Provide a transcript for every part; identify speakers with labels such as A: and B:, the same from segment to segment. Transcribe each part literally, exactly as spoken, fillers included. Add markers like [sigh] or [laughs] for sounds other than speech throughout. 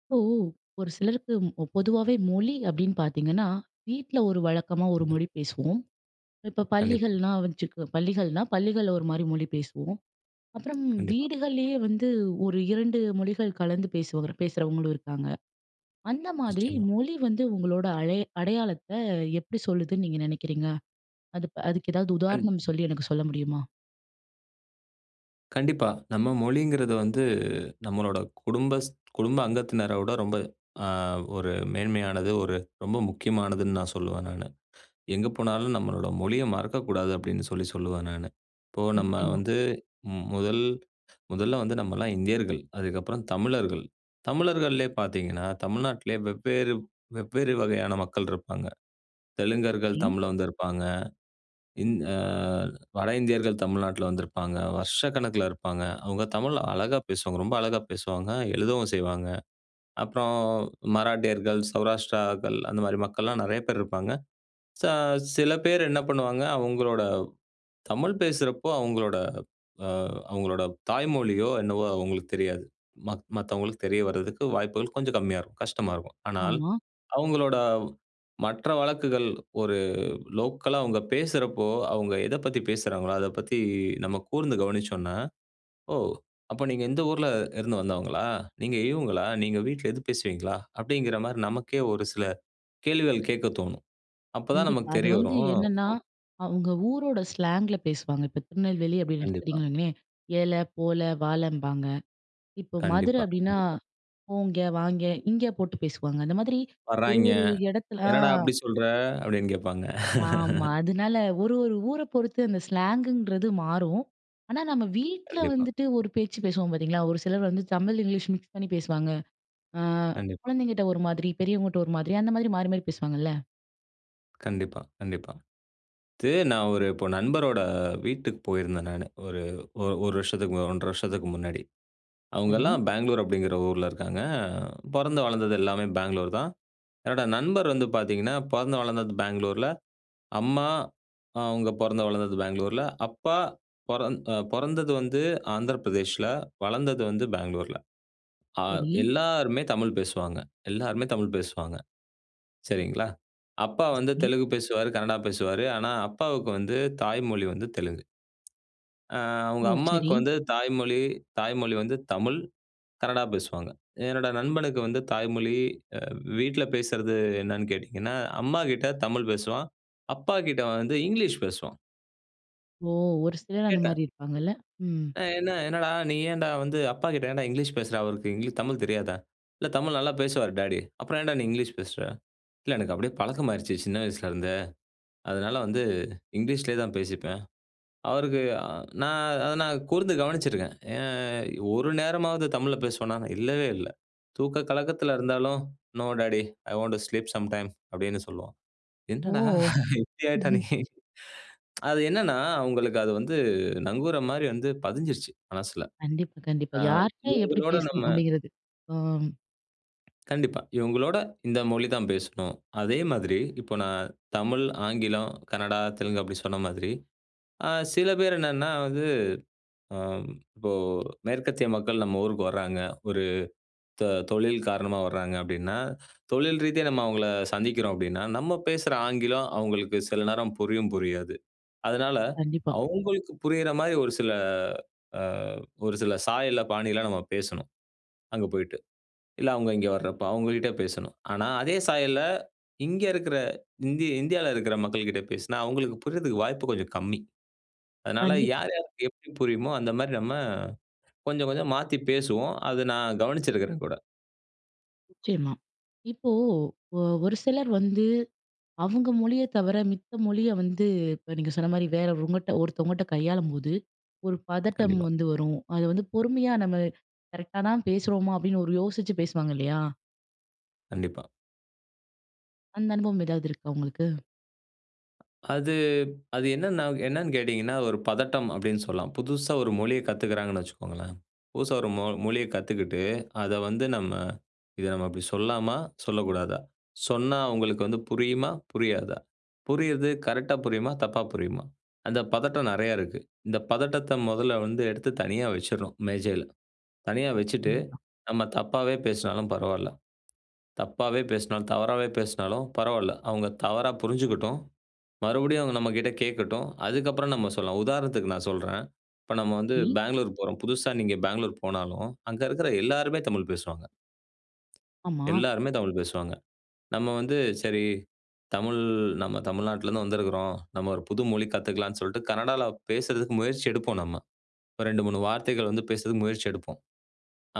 A: இப்போ ஒரு சிலருக்கு ம்- பொதுவாவே மொழி அப்படின்னு பாத்தீங்கன்னா வீட்ல ஒரு வழக்கமா ஒரு மொழி பேசுவோம். இப்ப
B: கண்டிப்பா,
A: பள்ளிகள்னா வச்சுக்க பள்ளிகள்னா பள்ளிகள்ல ஒரு மாதிரி மொழி பேசுவோம். அப்புறம்
B: கண்டிப்பா.
A: வீடுகள்லயே வந்து ஒரு இரண்டு மொழிகள் கலந்து பேசுவாங்க பேசுறவங்களும் இருக்காங்க. அந்த மாதிரி
B: நிச்சயமா.
A: மொழி வந்து உங்களோட அடைய அடையாளத்தை எப்படி சொல்லுதுன்னு நீங்க நினைக்கிறீங்க? அது ப- அதுக்கு ஏதாவது
B: கண்
A: உதாரணம் சொல்லி எனக்கு சொல்ல முடியுமா?
B: கண்டிப்பா. நம்ம மொழிங்கிறது வந்து நம்மளோட குடும்ப ஸ் குடும்ப அங்கத்தினரோட ரொம்ப அ ஒரு மேன்மையானது, ஒரு ரொம்ப முக்கியமானதுன்னு நான் சொல்லுவேன் நானு. எங்க போனாலும் நம்மளோட மொழிய மறக்கக்கூடாது அப்படின்னு சொல்லி சொல்லுவேன் நானு. இப்போ நம்ம
A: நிச்சயமா.
B: வந்து ம் முதல் முதல்ல வந்து நம்மலாம் இந்தியர்கள். அதுக்கப்புறம் தமிழர்கள். தமிழர்கள்லே பார்த்தீங்கன்னா, தமிழ்நாட்டிலே வெவ்வேறு வெவ்வேறு வகையான மக்கள் இருப்பாங்க. தெலுங்கர்கள்
A: சரி.
B: தமிழ்ல வந்து இருப்பாங்க. இந் அ வட இந்தியர்கள் தமிழ்நாட்ல வந்திருப்பாங்க. வருஷக்கணக்குல இருப்பாங்க. அவங்க தமிழ் அழகா பேசுவாங்க. ரொம்ப அழகா பேசுவாங்க. எழுதவும் செய்வாங்க. அப்புறம் மராட்டியர்கள், சௌராஷ்டிராக்கள் அந்த மாரி மக்கள்லாம் நெறைய பேர் இருப்பாங்க. ச சில பேர் என்ன பண்ணுவாங்க, அவங்களோட தமிழ் பேசுறப்போ அவங்களோட அ அவங்களோட தாய்மொழியோ என்னவோ அவங்களுக்கு தெரியாது. மத் மத்தவங்களுக்கு தெரிய வரதுக்கு வாய்ப்புகள் கொஞ்சம் கம்மியா இருக்கும். கஷ்டமா இருக்கும். ஆனால்
A: ஆமா.
B: அவங்களோட மற்ற வழக்குகள் ஒரு லோக்கலா அவங்க பேசுறப்போ, அவங்க எத பத்தி பேசுறாங்களோ, அத பத்தி நம்ம கூர்ந்து கவனிச்சோம்னா, "ஓ! அப்ப நீங்க இந்த ஊர்ல இருந்து வந்தவங்களா? நீங்க இவங்களா? நீங்க வீட்ல எது பேசுவீங்களா?" அப்படிங்கிற மாரி நமக்கே ஒரு சில கேள்விகள் கேட்க தோணும். அப்பதான்
A: கண்டிப்பா.
B: நமக்கு
A: அது
B: தெரிய
A: வந்து
B: வரும்.
A: என்னன்னா, அவங்க ஊரோட ஸ்லாங்ல பேசுவாங்க. இப்ப திருநெல்வேலி அப்படின்னு
B: கண்டிப்பா,
A: எடுத்துக்கிட்டீங்கன்னு வைங்களேன், ஏல, போல, வாலம்பாங்க. இப்போ மதுரை
B: கண்டிப்பா,
A: அப்படின்னா,
B: கண்டிப்பா.
A: போங்க, வாங்க, இங்க போட்டு பேசுவாங்க. அந்த மாதிரி ஒரு
B: வர்றாய்ங்க.
A: ஒரு இடத்துல ஆ
B: "என்னடா அப்படி சொல்ற?" அப்படின்னு கேட்பாங்க.
A: ஆமா. அதனால ஒரு ஒரு ஊர பொறுத்து அந்த ஸ்லாங்குன்றது மாறும். ஆனா நம்ம வீட்ல
B: கண்டிப்பா,
A: வந்துட்டு ஒரு பேச்சு பேசுவோம் பார்த்தீங்களா? ஒரு சிலர் வந்து தமிழ், இங்கிலீஷ் மிக்ஸ் பண்ணி பேசுவாங்க. ஆ
B: கண்டிப்பா,
A: குழந்தைங்கிட்ட ஒரு மாதிரி, பெரியவங்ககிட்ட ஒரு மாதிரி, அந்த மாதிரி மாறி மாறி பேசுவாங்கல்ல.
B: கண்டிப்பா, கண்டிப்பா. இது நான் ஒரு இப்போ நண்பரோட வீட்டுக்கு போயிருந்தேன் நானு. ஒரு ஒரு 1 வருஷத்துக்கு ஒன்றரை வருஷத்துக்கு முன்னாடி.
A: சரி,
B: அவங்கலாம் பெங்களூர் அப்படிங்கிற ஊர்ல இருக்காங்க. பொறந்து வளர்ந்தது எல்லாமே பெங்களூர் தான். என்னோட நண்பர் வந்து பார்த்தீங்கன்னா, பொறந்து வளர்ந்தது பெங்களூர்ல. அம்மா ஆஹ், அவங்க பொறந்து வளர்ந்தது பெங்களூர்ல. அப்பா பொறந் அ பொறந்தது வந்து ஆந்திர பிரதேஷ்ல. வளர்ந்தது வந்து பெங்களூர்ல. அ
A: சரி,
B: எல்லாருமே தமிழ் பேசுவாங்க. எல்லாருமே தமிழ் பேசுவாங்க. சரிங்களா? அப்பா வந்து
A: சரி.
B: தெலுங்கு பேசுவாரு, கன்னடா பேசுவாரு. ஆனா, அப்பாவுக்கு வந்து தாய்மொழி வந்து தெலுங்கு. அ அவங்க
A: ஓ!
B: அம்மாவுக்கு
A: சரி.
B: வந்து தாய்மொழி தாய்மொழி வந்து தமிழ், கன்னடா பேசுவாங்க. என்னோட நண்பனுக்கு வந்து தாய்மொழி அ வீட்ல பேசுறது என்னன்னு கேட்டீங்கன்னா, அம்மா கிட்ட தமிழ் பேசுவான். அப்பா கிட்ட வந்து இங்கிலீஷ் பேசுவான்.
A: ஓ! ஒரு சிலர் அந்த
B: கேட்டேன்,
A: மாரி இருப்பாங்கல்ல. ம்.
B: "அ என்ன என்னடா நீ ஏன்டா வந்து அப்பா கிட்ட ஏன்டா இங்கிலீஷ் பேசுற? அவருக்கு இங்கிலீஷ் தமிழ் தெரியாதா?" "இல்ல தமிழ் நல்லா பேசுவாரு டாடி." "அப்புறம் ஏன்டா நீ இங்கிலீஷ் பேசுற?" "இல்ல எனக்கு அப்படியே பழக்கமாயிருச்சு சின்ன வயசுல இருந்தே. அதனால வந்து இங்கிலீஷ்லயே தான் பேசிப்பேன்." அவருக்கு அ நான் அத நான் கூர்ந்து கவனிச்சிருக்கேன். ஏன் ஒரு நேரமாவது தமிழ்ல பேசுவானான்னா, இல்லவே இல்ல. தூக்க கலக்கத்துல இருந்தாலும், "no daddy, I want to sleep sometime" அப்படின்னு சொல்லுவான். என்னடா
A: ஓ!
B: இப்படி ஆயிட்டா நீ?
A: ம்ஹ்ம்.
B: அது என்னன்னா, அவங்களுக்கு அது வந்து நங்கூர மாரி வந்து பதிஞ்சிருச்சு மனசுல.
A: கண்டிப்பா, கண்டிப்பா.
B: அ
A: யார்ட்ட எப்படி
B: இவங்களோட
A: பேசணும்
B: நம்ம
A: அப்படிங்கிறது. ஆம்.
B: கண்டிப்பா. இவங்களோட இந்த மொழி தான் பேசணும். அதே மாதிரி இப்போ நான் தமிழ், ஆங்கிலம், கன்னடா, தெலுங்கு அப்படி சொன்ன மாதிரி, அ சில பேர் என்னன்னா ஆம், இப்போ மேற்கத்திய மக்கள் நம்ம ஊருக்கு வர்றாங்க. ஒரு த தொழில் காரணமா வர்றாங்க அப்டின்னா, தொழில் ரீதியா நம்ம அவங்கள சந்திக்கிறோம் அப்டின்னா, நம்ம பேசுற ஆங்கிலம் அவங்களுக்கு சில நேரம் புரியும், புரியாது. அதனால
A: கண்டிப்பா,
B: அவங்களுக்கு புரியிற மாரி ஒரு சில அ ஒரு சில சாயல்ல, பாணியில நம்ம பேசணும். அங்க போயிட்டு. இல்ல அவங்க இங்க வர்றப்ப அவங்ககிட்ட பேசணும். ஆனா அதே சாயல்ல இங்க இருக்கிற இந்தி இந்தியால இருக்கிற மக்கள்கிட்ட பேசினா, அவங்களுக்கு புரியிறதுக்கு வாய்ப்பு கொஞ்சம் கம்மி. அதனால
A: கண்டிப்பா.
B: யார் யாருக்கு எப்டி புரியுமோ அந்த மாரி நம்ம கொஞ்சம் கொஞ்சம் மாத்தி பேசுவோம். அது நான் கவனிச்சிருக்கிறேன் கூட.
A: நிச்சயமா. இப்போ ஒ ஒரு சிலர் வந்து அவங்க மொழிய தவிர மித்த மொழிய வந்து இப்ப நீங்க சொன்ன மாரி வேற ஒருவங்கட்ட ஒருத்தவங்கட்ட கையாளும்போது, ஒரு பதட்டம்
B: கண்டிப்பா,
A: வந்து வரும். அது வந்து பொறுமையா நம்ம கரெக்ட்டா தான் பேசுறோமா அப்படின்னு ஒரு யோசிச்சு பேசுவாங்க இல்லையா?
B: கண்டிப்பா.
A: அந்த அனுபவம் ஏதாவது இருக்கா உங்களுக்கு?
B: அது அது என்னன்னா என்னன்னு கேட்டீங்கன்னா, ஒரு பதட்டம் அப்படின்னு சொல்லலாம். புதுசா ஒரு மொழிய கத்துக்கிறாங்கன்னு வச்சுக்கோங்களேன். புதுசா ஒரு மொ மொழிய கத்துக்கிட்டு, அத வந்து நம்ம இத நம்ம இப்படி சொல்லாமா? சொல்லக்கூடாதா? சொன்னா அவங்களுக்கு வந்து புரியுமா? புரியாதா? புரியுறது கரெக்ட்டா புரியுமா? தப்பா புரியுமா? அந்த பதட்டம் நெறையா இருக்கு. இந்த பதட்டத்த முதல்ல வந்து எடுத்து தனியா வச்சிடணும் மேஜையில. தனியா வச்சுட்டு,
A: கண்டிப்பா.
B: நம்ம தப்பாவே பேசினாலும் பரவால்ல. தப்பாவே பேசினாலும், தவறாவே பேசினாலும் பரவால்ல. அவங்க தவறா புரிஞ்சுக்கட்டும். மறுபடியும் அவங்க நம்மகிட்ட கேட்கட்டும். அதுக்கப்புறம் நம்ம சொல்லலாம். உதாரணத்துக்கு நான் சொல்றேன். இப்ப நம்ம வந்து
A: டி
B: பெங்களூர் போறோம். புதுசா நீங்க பெங்களூர் போனாலும், அங்க இருக்கிற எல்லாருமே தமிழ் பேசுவாங்க.
A: ஆமா.
B: எல்லாருமே தமிழ் பேசுவாங்க. நம்ம வந்து சரி தமிழ் நம்ம தமிழ்நாட்டிலேருந்து வந்திருக்கிறோம். நம்ம ஒரு புது மொழி கத்துக்கலாம்ன்னு சொல்லிட்டு கன்னடால பேசுறதுக்கு முயற்சி எடுப்போம் நம்ம. ஒரு ரெண்டு, மூணு வார்த்தைகள் வந்து பேசுறதுக்கு முயற்சி எடுப்போம்.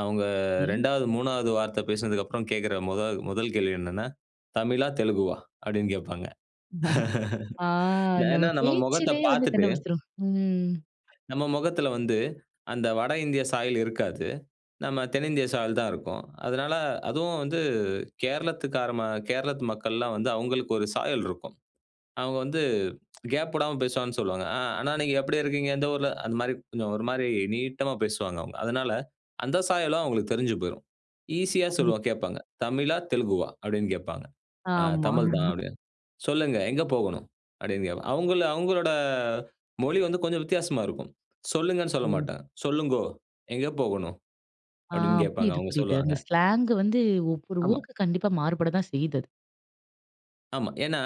B: அவங்க
A: டி
B: ரெண்டாவது, 3வது வார்த்தை பேசினதுக்கப்புறம் கேட்கிற முத முதல் கேள்வி என்னன்னா, "தமிழா? தெலுங்குவா?" அப்படின்னு கேட்பாங்க.
A: ஆ
B: [laughs] நான்
A: நம்ம
B: ஏன்னா நம்ம முகத்த
A: பேச்சிலேயே வந்து
B: பார்த்துட்டு,
A: கண்டுபிடிச்சிரும். ம்.
B: நம்ம முகத்துல வந்து அந்த வட இந்திய சாயல் இருக்காது. நம்ம தென்னிந்திய சாயல் தான் இருக்கும். அதனால அதுவும் வந்து கேரளத்துக்கார ம கேரளத்து மக்கள்லாம் வந்து அவங்களுக்கு ஒரு சாயல் இருக்கும். அவங்க வந்து கேப் விடாம பேசுவாங்கன்னு சொல்லுவாங்க. "ஆ அண்ணா நீங்க எப்படி இருக்கீங்க? எந்த ஊர்ல?" அந்த மாரி கொஞ்சம் ஒரு மாரி நீட்டமா பேசுவாங்க அவங்க. அதனால அந்த சாயலும் அவங்களுக்கு தெரிஞ்சு போயிரும். ஈஸியா
A: கண்டிப்
B: சொல்லுவோம் கேட்பாங்க. "தமிழா? தெலுங்குவா?" அப்படின்னு கேட்பாங்க. "ஆ
A: ஆமா.
B: தமிழ் தான்" அப்படின்னு. "சொல்லுங்க எங்க போகணும்?" அப்படின்னு கேட்பாங்க. அவங்கள அவங்களோட மொழி வந்து கொஞ்சம் வித்தியாசமா இருக்கும். சொல்லுங்கன்னு சொல்ல
A: ஓ!
B: மாட்டாங்க. "சொல்லுங்கோ, எங்க போகணும்?"
A: ஆ
B: அப்படின்னு கேட்பாங்க.
A: புரியுது,
B: அவங்க
A: புரியுது.
B: சொல்லுவாங்க.
A: அந்த ஸ்லாங் வந்து ஒவ்வொரு
B: ஆமா,
A: ஊருக்கு கண்டிப்பா மாறுபட தான் செய்யுது அது.
B: ஆமா. ஏன்னா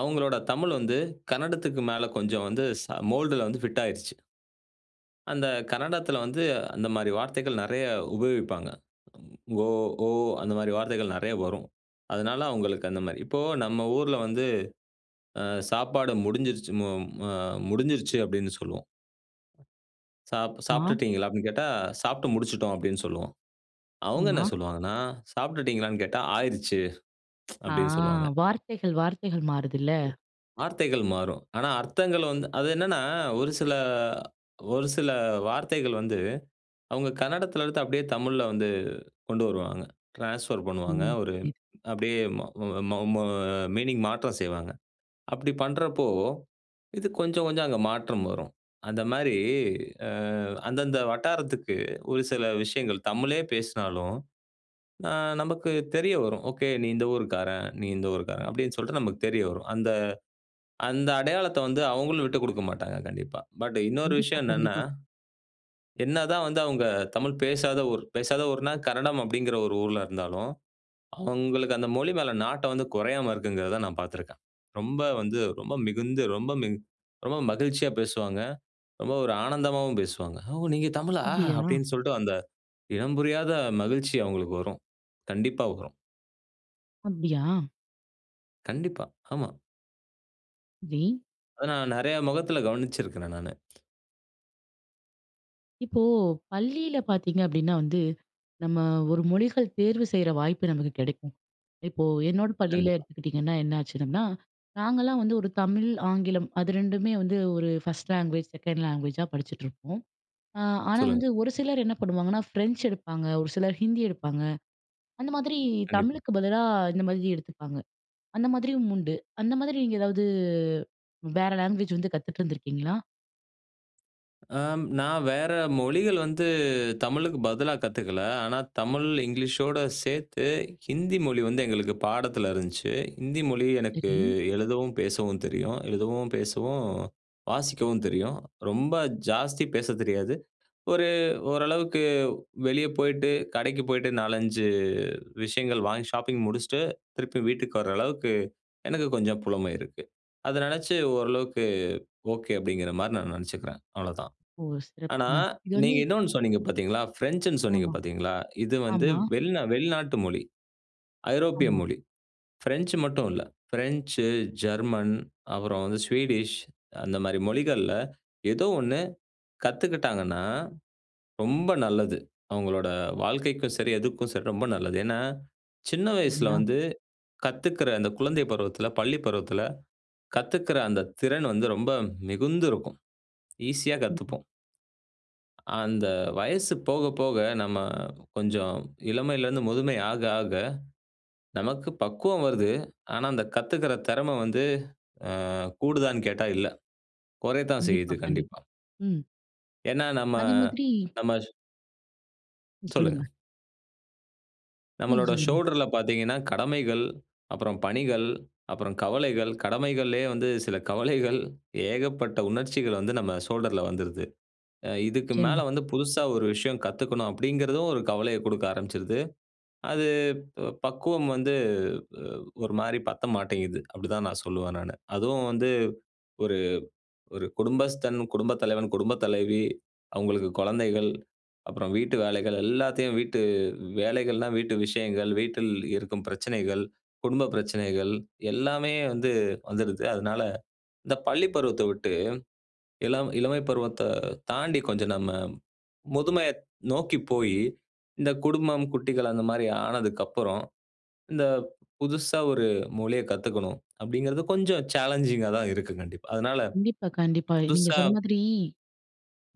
B: அவங்களோட தமிழ் வந்து கன்னடத்துக்கு மேல கொஞ்சம் வந்து ச மோல்டுல வந்து ஃபிட் ஆயிருச்சு. அந்த கன்னடத்துல வந்து அந்த மாரி வார்த்தைகள் நெறைய உபயோகிப்பாங்க. "ஓ, ஓ" அந்த மாரி வார்த்தைகள் நெறைய வரும். அதனால அவங்களுக்கு அந்த மாரி. இப்போ நம்ம ஊர்ல வந்து அ சாப்பாடு முடிஞ்சிருச்சு மு அ முடிஞ்சிருச்சு அப்படின்னு சொல்லுவோம். "சாப்
A: மா,
B: சாப்பிட்டுட்டீங்களா?" அப்படின்னு கேட்டா, "சாப்பிட்டு முடிச்சுட்டோம்" அப்படின்னு சொல்லுவோம். அவங்க என்ன
A: மா,
B: சொல்லுவாங்கன்னா, "சாப்பிட்டுட்டீங்களான்னு" கேட்டா, "ஆயிருச்சு"
A: ஆ
B: அப்படின்னு சொல்லுவாங்க.
A: வார்த்தைகள், வார்த்தைகள் மாறுதுல்ல.
B: வார்த்தைகள் மாறும். ஆனா அர்த்தங்கள் வந்து அது என்னன்னா, ஒரு சில ஒரு சில வார்த்தைகள் வந்து அவங்க கன்னடத்துல எடுத்து அப்படியே தமிழ்ல வந்து கொண்டு வருவாங்க. ட்ரான்ஸ்ஃபர் பண்ணுவாங்க.
A: ம்.
B: ஒரு
A: புரியுது.
B: அப்படியே ம ம ம மீனிங் மாற்றம் செய்வாங்க. அப்படி பண்றப்போ, இது கொஞ்சம் கொஞ்சம் அங்க மாற்றம் வரும். அந்த மாரி அ அந்தந்த வட்டாரத்துக்கு ஒரு சில விஷயங்கள் தமிழே பேசினாலும், அ நமக்கு தெரிய வரும். ஓகே நீ இந்த ஊர்க்காரன், நீ இந்த ஊர்க்காரன் அப்படின்னு சொல்லிட்டு நமக்கு தெரிய வரும். அந்த அந்த அடையாளத்த வந்து அவங்களும் விட்டுக் குடுக்க மாட்டாங்க கண்டிப்பா. பட் இன்னொரு
A: கண்டிப்பா,
B: விஷயம் என்னன்னா,
A: கண்டிப்பா.
B: என்னதான் வந்து அவங்க தமிழ் பேசாத ஊர் பேசாத ஊர்னா கன்னடம் அப்படிங்கிற ஒரு ஊர்ல இருந்தாலும், அவங்களுக்கு அந்த மொழி மேல நாட்டம் வந்து குறையாம இருக்குங்கிறத நான் பார்த்துருக்கேன். ரொம்ப வந்து ரொம்ப மிகுந்து, ரொம்ப மிகு ரொம்ப மகிழ்ச்சியா பேசுவாங்க. ரொம்ப ஒரு ஆனந்தமாவும் பேசுவாங்க. "ஓ! நீங்க தமிழா?"
A: அப்டியா?
B: அப்படின்னு சொல்லிட்டு அந்த இனம் புரியாத மகிழ்ச்சி அவங்களுக்கு வரும். கண்டிப்பா வரும்.
A: அப்டியா?
B: கண்டிப்பா. ஆமா.
A: சரி.
B: அத நான் நெறைய முகத்துல கவனிச்சிருக்கிறேன் நானு.
A: இப்போ பள்ளியில பார்த்தீங்க அப்டின்னா வந்து, நம்ம ஒரு மொழிகள் தேர்வு செய்ற வாய்ப்பு நமக்கு கிடைக்கும். இப்போ என்னோட பள்ளியில
B: கண்டிப்பா.
A: எடுத்துக்கிட்டிங்கன்னா என்ன ஆச்சுன்னா, நாங்கலாம் வந்து ஒரு தமிழ், ஆங்கிலம் அது ரெண்டுமே வந்து ஒரு ஃபர்ஸ்ட் லேங்குவேஜ், செகண்ட் லேங்குவேஜா படிச்சுட்ருப்போம். அ ஆனா
B: சொல்லுங்க.
A: வந்து ஒரு சிலர் என்ன பண்ணுவாங்கன்னா, ஃப்ரெஞ்ச் எடுப்பாங்க, ஒரு சிலர் ஹிந்தி எடுப்பாங்க. அந்த மாதிரி
B: கண்டிப்பா.
A: தமிழுக்கு பதிலா இந்த மாதிரி எடுத்துப்பாங்க. அந்த மாதிரியும் உண்டு. அந்த மாதிரி நீங்க ஏதாவது வேற லேங்குவேஜ் வந்து கத்துட்டு இருந்திருக்கீங்களா?
B: ஆம், நான் வேற மொழிகள் வந்து தமிழுக்கு பதிலா கத்துக்கல. ஆனா தமிழ், இங்கிலீஷோட சேர்த்து ஹிந்தி மொழி வந்து எங்களுக்கு பாடத்துல இருந்துச்சு. ஹிந்தி மொழி எனக்கு
A: சரி.
B: எழுதவும், பேசவும் தெரியும். எழுதவும், பேசவும், வாசிக்கவும் தெரியும். ரொம்ப ஜாஸ்தி பேச தெரியாது. ஒரு ஓரளவுக்கு வெளிய போயிட்டு, கடைக்கு போயிட்டு நாலு, அஞ்சு விஷயங்கள் வாங்கி ஷாப்பிங் முடிச்சுட்டு, திருப்பி வீட்டுக்கு வர அளவுக்கு எனக்கு கொஞ்சம் புலமை இருக்கு. அத நினைச்சு ஓரளவுக்கு ஓகே அப்படிங்கிற மாரி நான் நினைச்சுக்கிறேன். அவ்வளோதான்.
A: ஓ!
B: ஆனா,
A: சிறப்புங்க. இது வந்து
B: நீங்க இன்னொன்னு சொன்னீங்க பார்த்தீங்களா? ஃப்ரெஞ்சுன்னு சொன்னீங்க
A: ஆமா,
B: பார்த்தீங்களா? இது வந்து
A: ஆமா,
B: வெளிநா வெளிநாட்டு மொழி. ஐரோப்பிய
A: ஆமா.
B: மொழி. ஃப்ரெஞ்சு மட்டும் இல்ல. ஃப்ரெஞ்சு, ஜெர்மன், அப்புறம் வந்து ஸ்வீடிஷ் அந்த மாரி மொழிகள்ல ஏதோ ஒண்ணு கத்துக்கிட்டாங்கன்னா, ரொம்ப நல்லது. அவங்களோட வாழ்க்கைக்கும் சரி, எதுக்கும் சரி ரொம்ப நல்லது. ஏன்னா, சின்ன வயசுல
A: சரிங்களா?
B: வந்து கத்துக்கிற அந்த குழந்தை பருவத்தில, பள்ளி பருவத்தில கத்துக்கிற அந்த திறன் வந்து ரொம்ப மிகுந்து இருக்கும். ஈஸியா கத்துப்போம். அந்த வயசு போக, போக நம்ம கொஞ்சம் இளமையிலேருந்து முதுமை ஆக, ஆக நமக்கு பக்குவம் வருது. ஆனா, அந்த கத்துக்கிற திறமை வந்து அ கூடுதான்னு கேட்டா இல்ல. குறையத்தான்
A: கண்டிப்பா,
B: செய்யுது
A: கண்டிப்பா.
B: கண்டிப்பா.
A: ம்.
B: ஏன்னா, நம்ம
A: அதே மாதிரி
B: நம்ம சொல்லுங்க.
A: சொல்லுங்க. சொல்லுங்க,
B: நம்மளோட
A: சொல்லுங்க.
B: ஷோல்டர்ல பார்த்தீங்கன்னா, கடமைகள், அப்புறம் பணிகள், அப்புறம் கவலைகள், கடமைகள்லயே வந்து சில கவலைகள், ஏகப்பட்ட உணர்ச்சிகள் வந்து நம்ம ஷோல்டர்ல வந்துருது. அ இதுக்கு மேல
A: நிச்சயமா.
B: வந்து புதுசா ஒரு விஷயம் கத்துக்கணும் அப்படிங்கிறதும் ஒரு கவலைய குடுக்க ஆரம்பிச்சுருது. அது அ பக்குவம் வந்து அ ஒரு மாரி பத்த மாட்டேங்குது. அப்படிதான் நான் சொல்லுவேன் நானு. அதுவும் வந்து ஒரு ஒரு குடும்பஸ்தன், குடும்ப தலைவன், குடும்ப தலைவி, அவங்களுக்கு குழந்தைகள், அப்புறம் வீட்டு வேலைகள் எல்லாத்தையும் வீட்டு வேலைகள்னா வீட்டு விஷயங்கள், வீட்டில் இருக்கும் பிரச்சனைகள், குடும்ப பிரச்சனைகள் எல்லாமே வந்து வந்துடுது. அதனால இந்த பள்ளி பருவத்த விட்டு இளம் இளமை பருவத்த தாண்டி கொஞ்சம் நம்ம முதுமைய நோக்கி போயி, இந்த குடும்பம், குட்டிகள் அந்த மாரி ஆனதுக்கப்புறம் இந்த புதுசா ஒரு மொழிய கத்துக்கணும் அப்படிங்கிறது கொஞ்சம் சேலஞ்சிங்கா தான் இருக்கு கண்டிப்பா. அதனால
A: கண்டிப்பா, கண்டிப்பா. நீங்க
B: புதுசா
A: சொன்ன மாதிரி,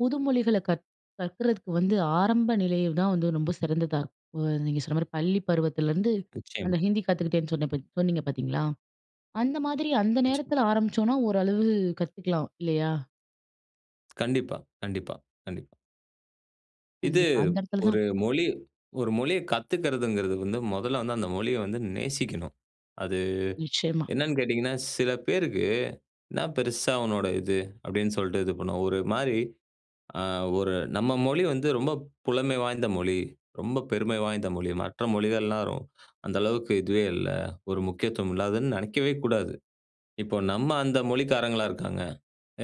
A: புது மொழிகள கற் கற்கறதுக்கு வந்து ஆரம்ப நிலைய தான் வந்து ரொம்ப சிறந்ததா இருக்கும். அ நீங்க சொன்ன மாரி பள்ளி பருவத்திலருந்து
B: நிச்சயமா,
A: அந்த ஹிந்தி கத்துக்கிட்டேன்னு சொன்ன பாத் சொன்னீங்க பாத்தீங்களா? அந்த மாதிரி அந்த
B: நிச்சயமா.
A: நேரத்துல ஆரம்பிச்சோம்னா, ஓரளவு கத்துக்கலாம் இல்லையா?
B: கண்டிப்பா, கண்டிப்பா, கண்டிப்பா. இது
A: கண்டிப்பா. அந்த இடத்துல
B: ஒரு
A: தான்.
B: மொழி ஒரு மொழிய கத்துக்கிறதுங்கிறது வந்து முதல்ல வந்து அந்த மொழிய வந்து நேசிக்கணும். அது
A: நிச்சயமா.
B: என்னன்னு கேட்டீங்கன்னா, சில பேருக்கு "என்ன பெருசா உன்னோட இது" அப்படின்னு சொல்லிட்டு இது பண்ணுவோம். ஒரு மாரி அ ஒரு நம்ம மொழி வந்து ரொம்ப புலமை வாய்ந்த மொழி. ரொம்ப பெருமை வாய்ந்த மொழி. மற்ற மொழிகள்லாம் ரொ அந்த அளவுக்கு இதுவே இல்ல. ஒரு முக்கியத்துவம் இல்லாததுன்னு நெனைக்கவே கூடாது. இப்போ நம்ம அந்த மொழிக்காரங்களா இருக்காங்க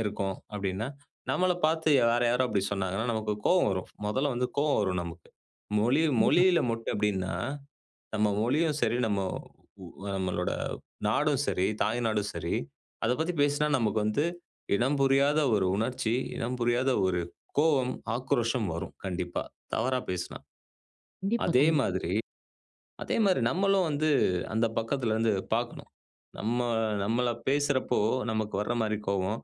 B: இருக்கோம் அப்டின்னா, நம்மள பார்த்து வேற யாரோ அப்டி சொன்னாங்கன்னா, நமக்கு கோவம் வரும். மொதல்ல வந்து கோவம் வரும் நமக்கு. மொழி
A: கண்டிப்பா,
B: மொழியில மட்டும் எப்டின்னா நம்ம மொழியும் சரி, நம்ம உ நம்மளோட நாடும் சரி, தாய் நாடும் சரி, அத பத்தி பேசினா நமக்கு வந்து இனம் புரியாத ஒரு உணர்ச்சி, இனம் புரியாத ஒரு கோவம், ஆக்ரோஷம் வரும் கண்டிப்பா. தவறா பேசினா.
A: கண்டிப்பா,
B: அதே
A: கண்டிப்பா.
B: மாதிரி அதே மாரி நம்மளும் வந்து அந்த பக்கத்துல இருந்து பார்க்கணும். நம்ம நம்மள பேசுறப்போ நமக்கு வர்ற மாரி கோவம்,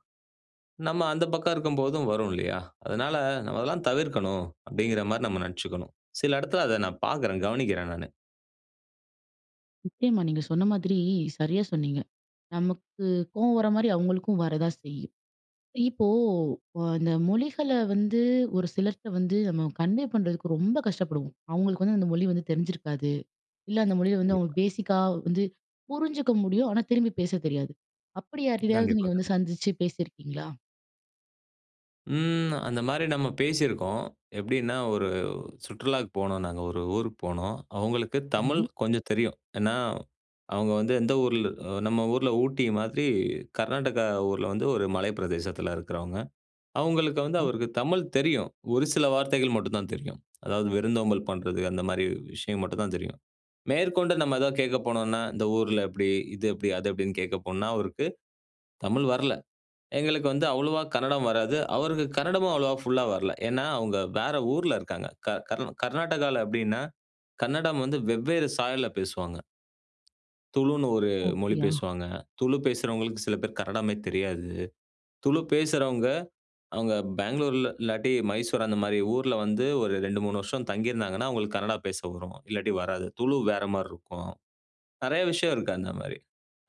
B: நம்ம அந்த பக்கம் இருக்கும்போதும் வரும் இல்லையா? அதனால நம்ம அதெல்லாம் தவிர்க்கணும், அப்படிங்கிற மாரி நம்ம நினச்சுக்கணும். சில இடத்துல அத நான் பார்க்குறேன், கவனிக்கிறேன் நானு.
A: நிச்சயமா. நீங்க சொன்ன மாதிரி சரியா சொன்னீங்க. நமக்கு கோவம் வர மாரி அவங்களுக்கும் வரதான் செய்யும். இப்போ அ இந்த மொழிகள வந்து ஒரு சிலர்ட்ட வந்து நம்ம கன்வே பண்றதுக்கு ரொம்ப கஷ்டப்படுவோம். அவங்களுக்கு வந்து அந்த மொழி வந்து தெரிஞ்சிருக்காது. இல்ல அந்த மொழியில வந்து அவங்க
B: கண்டிப்பா,
A: பேசிக்கா வந்து புரிஞ்சுக்க முடியும். ஆனா திரும்பி பேச தெரியாது. அப்படி யாரையாவது
B: கண்டிப்பா,
A: நீங்க வந்து
B: கண்டிப்பா.
A: சந்திச்சு பேசியிருக்கீங்களா?
B: ம். அந்த மாரி நம்ம பேசியிருக்கோம். எப்படின்னா, ஒரு சுற்றுலாக்கு போனோம் நாங்க. ஒரு ஊருக்கு போனோம். அவங்களுக்கு தமிழ்
A: சரி,
B: கொஞ்சம் தெரியும். ஏன்னா, அவங்க வந்து எந்த ஊர்ல நம்ம ஊர்ல ஊட்டி மாதிரி கர்நாடகா ஊர்ல வந்து ஒரு மலை பிரதேசத்தில இருக்கிறவங்க. அவங்களுக்கு வந்து
A: சரி.
B: அவருக்கு தமிழ் தெரியும். ஒரு சில வார்த்தைகள் மட்டும் தான் தெரியும். அதாவது விருந்தோம்பல் பண்றது அந்த மாரி விஷயம் மட்டும் தான் தெரியும். மேற்கொண்டு நம்ம ஏதாவது கேட்க போனோம்னா, இந்த ஊர்ல எப்படி? இது எப்படி? அது எப்படின்னு கேட்க போனா அவருக்கு தமிழ் வரல. எங்களுக்கு வந்து அவ்வளவா கன்னடம் வராது. அவருக்கு கன்னடமும் அவ்வளவா ஃபுல்லா வரல. ஏன்னா, அவங்க வேற ஊர்ல இருக்காங்க. க கர் கர்நாடகால எப்படின்னா, கன்னடம் வந்து வெவ்வேறு சாயல்ல பேசுவாங்க. துளுன்னு ஒரு
A: ஓ!
B: மொழி
A: அப்படியா?
B: பேசுவாங்க. துளு பேசுறவங்களுக்கு சில பேர் கன்னடமே தெரியாது. துளு பேசுறவங்க, அவங்க பெங்களூர்ல இல்லாட்டி மைசூர் அந்த மாரி ஊர்ல வந்து ஒரு ரெண்டு, மூணு வருஷம் தங்கியிருந்தாங்கன்னா, அவங்களுக்கு கன்னடா பேச வரும். இல்லாட்டி வராது. துளு வேற மாரி இருக்கும். நெறைய விஷயம் இருக்கு அந்த மாரி.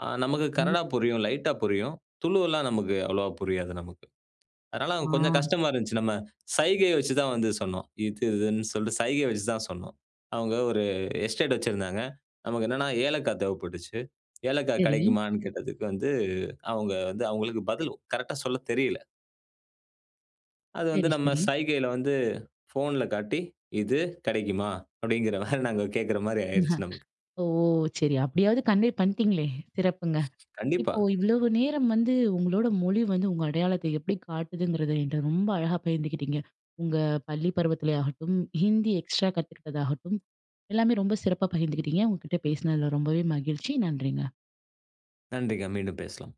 B: அ நமக்கு
A: ம்.
B: கன்னடா புரியும், லைட்டா புரியும். துளுவெல்லாம் நமக்கு அவ்வளவா புரியாது நமக்கு. அதனால அவங்க
A: ஆ
B: கொஞ்சம் கஷ்டமா இருந்துச்சு. நம்ம சைகைய வச்சு தான் வந்து சொன்னோம். இது இதுன்னு சொல்லிட்டு சைகைய வச்சு தான் சொன்னோம். அவங்க ஒரு எஸ்டேட் வச்சிருந்தாங்க. நமக்கு என்னன்னா ஏலக்காய் தேவைப்பட்டுச்சு. ஏலக்காய்
A: சரி,
B: கிடைக்குமான்னு கேட்டதுக்கு வந்து, அவங்க வந்து அவங்களுக்கு பதில் கரெக்ட்டா சொல்ல தெரியல. அது வந்து
A: சரி,
B: நம்ம
A: சரி.
B: சைகையில வந்து ஃபோன்ல காட்டி, "இது கிடைக்குமா?" அப்படிங்கிற மாரி நாங்க கேட்கிற மாரி ஆயிருச்சு
A: [laughs]
B: நமக்கு.
A: ஓ! சரி. அப்படியாவது கன்வே பண்ணிட்டீங்களே! சிறப்புங்க.
B: கண்டிப்பா.
A: இப்போ இவ்வளவு நேரம் வந்து உங்களோட மொழி வந்து உங்க அடையாளத்தை எப்படி காட்டுதுங்கிறத என்கிட்ட ரொம்ப அழகா பகிர்ந்துக்கிட்டீங்க. உங்க பள்ளி பருவத்திலே ஆகட்டும், ஹிந்தி எக்ஸ்ட்ரா கத்துக்கிட்டதாகட்டும், எல்லாமே ரொம்ப சிறப்பா பகிர்ந்துக்கிட்டீங்க. உங்ககிட்ட பேசினதுல ரொம்பவே மகிழ்ச்சி. நன்றிங்க.
B: நன்றிங்க. மீண்டும் பேசலாம்.